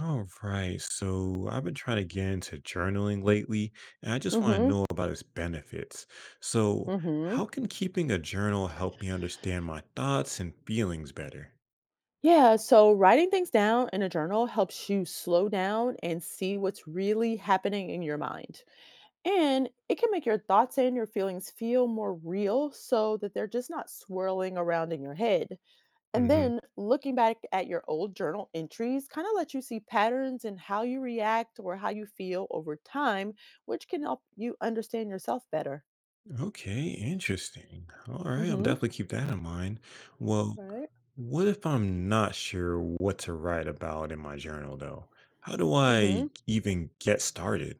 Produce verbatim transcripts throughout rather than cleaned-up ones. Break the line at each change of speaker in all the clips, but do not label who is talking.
All right, so I've been trying to get into journaling lately, and I just want to
Mhm.
know about its benefits. So,
Mhm.
how can keeping a journal help me understand my thoughts and feelings better?
Yeah, so writing things down in a journal helps you slow down and see what's really happening in your mind. And it can make your thoughts and your feelings feel more real so that they're just not swirling around in your head. And
Hmm.
then looking back at your old journal entries kind of lets you see patterns in how you react or how you feel over time, which can help you understand yourself better.
Okay, interesting. All right, I'll
Mhm.
definitely keep that in mind. Well,
Right.
what if I'm not sure what to write about in my journal, though? How do
Mm-hmm.
I even get started?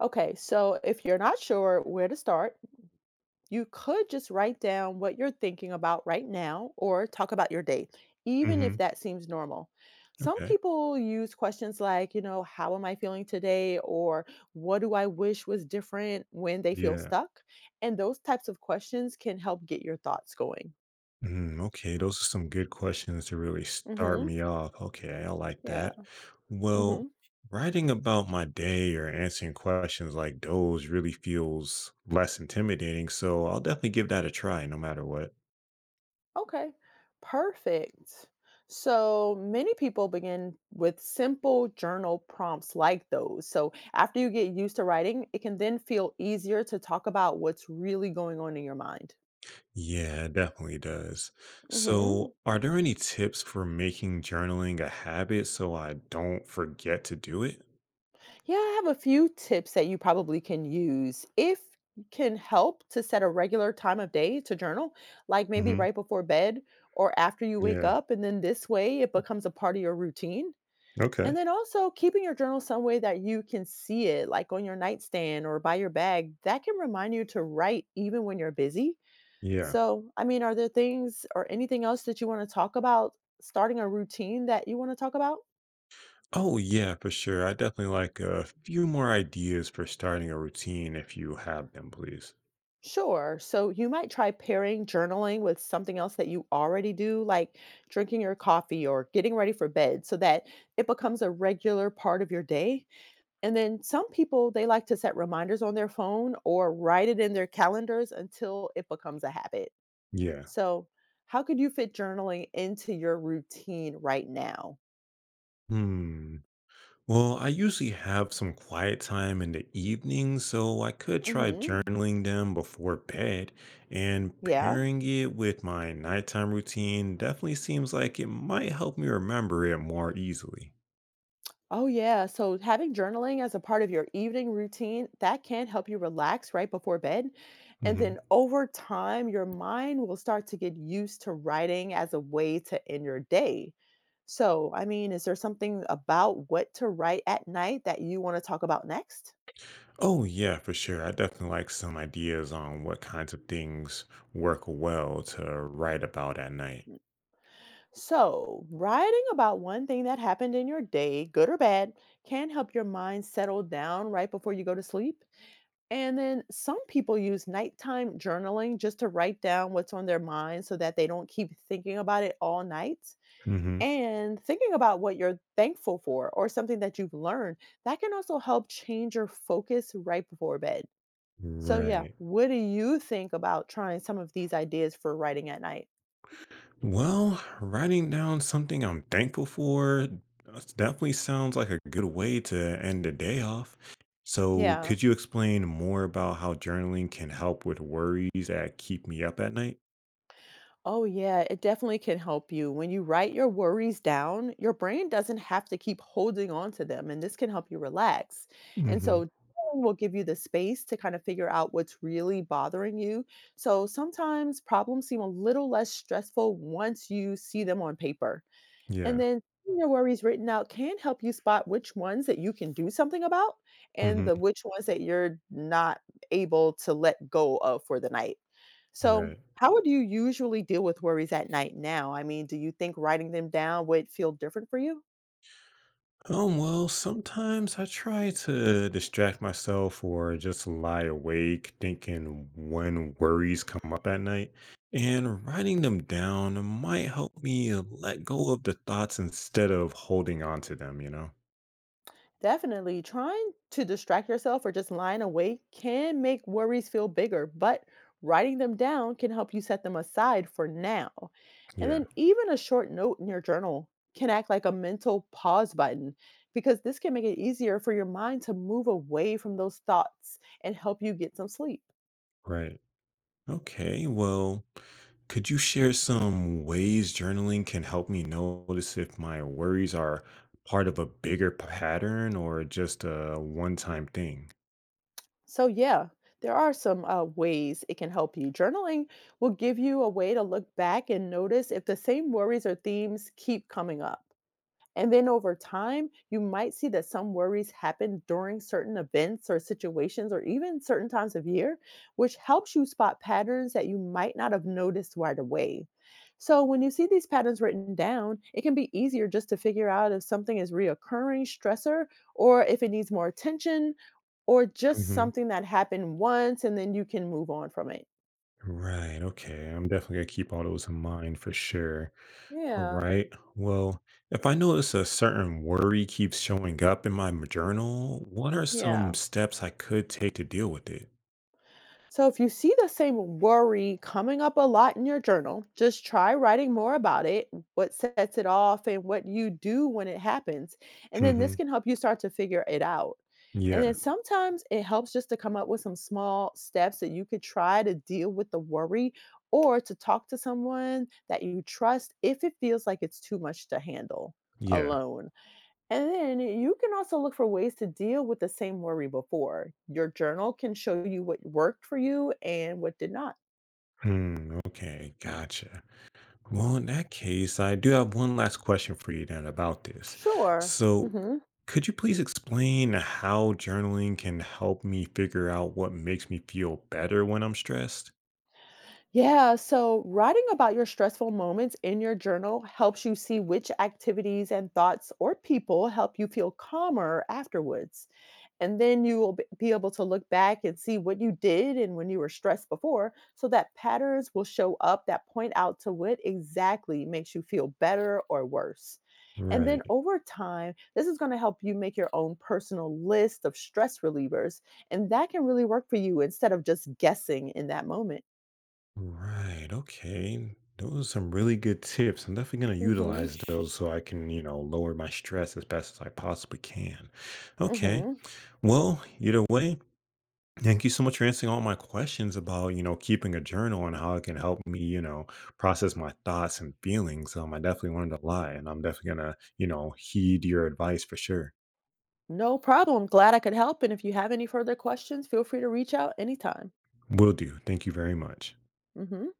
Okay, so if you're not sure where to start, you could just write down what you're thinking about right now or talk about your day, even if
Hmm.
that seems normal. Some
Okay,
people use questions like, you know, how am I feeling today? Or what do I wish was different when they feel
yeah.
stuck? And those types of questions can help get your thoughts going.
Mm, okay, those are some good questions to really start
Hmm.
me off. Okay, I like
Yeah.
that. Well,
Hmm.
writing about my day or answering questions like those really feels less intimidating, so I'll definitely give that a try no matter what.
Okay, perfect. So many people begin with simple journal prompts like those. So after you get used to writing, it can then feel easier to talk about what's really going on in your mind.
Yeah, it definitely does.
Hmm.
So, are there any tips for making journaling a habit so I don't forget to do it?
Yeah, I have a few tips that you probably can use if you can help to set a regular time of day to journal, like maybe
Hmm.
right before bed or after you wake
Yeah.
up. And then this way it becomes a part of your routine.
Okay.
And then also keeping your journal some way that you can see it, like on your nightstand or by your bag, that can remind you to write even when you're busy.
Yeah.
So, I mean, are there things or anything else that you want to talk about? Starting a routine that you want to talk about?
Oh, yeah, for sure. I definitely like a few more ideas for starting a routine if you have them, please.
Sure. So, you might try pairing journaling with something else that you already do, like drinking your coffee or getting ready for bed, so that it becomes a regular part of your day. And then some people, they like to set reminders on their phone or write it in their calendars until it becomes a habit.
Yeah.
So, how could you fit journaling into your routine right now?
Hmm. Well, I usually have some quiet time in the evening, so I could try
Hmm.
journaling them before bed, and
Yeah.
pairing it with my nighttime routine definitely seems like it might help me remember it more easily.
Oh, yeah. So, having journaling as a part of your evening routine, that can help you relax right before bed. And
Hmm.
then over time, your mind will start to get used to writing as a way to end your day. So, I mean, is there something about what to write at night that you want to talk about next?
Oh, yeah, for sure. I definitely like some ideas on what kinds of things work well to write about at night.
So, writing about one thing that happened in your day, good or bad, can help your mind settle down right before you go to sleep. And then some people use nighttime journaling just to write down what's on their mind so that they don't keep thinking about it all night. And thinking about what you're thankful for or something that you've learned, that can also help change your focus right before bed. So, yeah,
Right.
what do you think about trying some of these ideas for writing at night?
Well, writing down something I'm thankful for that's- definitely sounds like a good way to end the day off. So,
Yeah.
could you explain more about how journaling can help with worries that keep me up at night?
Oh, yeah, it definitely can help you. When you write your worries down, your brain doesn't have to keep holding on to them, and this can help you relax. And
Hmm.
so, journaling will give you the space to kind of figure out what's really bothering you. So, sometimes problems seem a little less stressful once you see them on paper.
Yeah.
And then seeing your worries written out can help you spot which ones that you can do something about and the
Hmm.
which ones that you're not able to let go of for the night. So,
Right.
how would you usually deal with worries at night now? I mean, do you think writing them down would feel different for you?
Um, well, sometimes I try to distract myself or just lie awake thinking when worries come up at night. And writing them down might help me let go of the thoughts instead of holding on to them, you know?
Definitely. Trying to distract yourself or just lying awake can make worries feel bigger, but writing them down can help you set them aside for now. And
Yeah,
then even a short note in your journal can act like a mental pause button because this can make it easier for your mind to move away from those thoughts and help you get some sleep.
right. Okay, well, could you share some ways journaling can help me notice if my worries are part of a bigger pattern or just a one time thing?
So, yeah, there are some uh, ways it can help you. Journaling will give you a way to look back and notice if the same worries or themes keep coming up. And then over time, you might see that some worries happen during certain events or situations or even certain times of year, which helps you spot patterns that you might not have noticed right away. So, when you see these patterns written down, it can be easier just to figure out if something is reoccurring stressor or if it needs more attention or just something that happened once and then you can move on from it.
Right. Okay. I'm definitely going to keep all those in mind for sure. All
Yeah.
right. Well, if I notice a certain worry keeps showing up in my m- journal, what are some
Yeah.
steps I could take to deal with it?
So, if you see the same worry coming up a lot in your journal, just try writing more about it, what sets it off, and what you do when it happens. And then this
Hmm.
can help you start to figure it out. And then
Yeah.
sometimes it helps just to come up with some small steps that you could try to deal with the worry or to talk to someone that you trust if it feels like it's too much to handle
Yeah.
alone. And then you can also look for ways to deal with the same worry before. Your journal can show you what worked for you and what did not.
Hmm. Okay. Gotcha. Well, in that case, I do have one last question for you then about this.
Sure.
So,
Hmm.
could you please explain how journaling can help me figure out what makes me feel better when I'm stressed?
Yeah. So, writing about your stressful moments in your journal helps you see which activities and thoughts or people help you feel calmer afterwards. And then you will b- be able to look back and see what you did and when you were stressed before. So that patterns will show up that point out to what exactly makes you feel better or worse. And then
Right.
over time, this is going to help you make your own personal list of stress relievers. And that can really work for you instead of just guessing in that moment.
Right. Okay. Those are some really good tips. I'm definitely going to
Hmm.
utilize those so I can, you know, lower my stress as best as I possibly can. Okay.
Hmm.
Well, either way, thank you so much for answering all my questions about, you know, keeping a journal and how it can help me, you know, process my thoughts and feelings. Um, I definitely learned a lot and I'm definitely going to, you know, heed your advice for sure.
No problem. Glad I could help. And if you have any further questions, feel free to reach out anytime.
Will do. Thank you very much.
Hmm.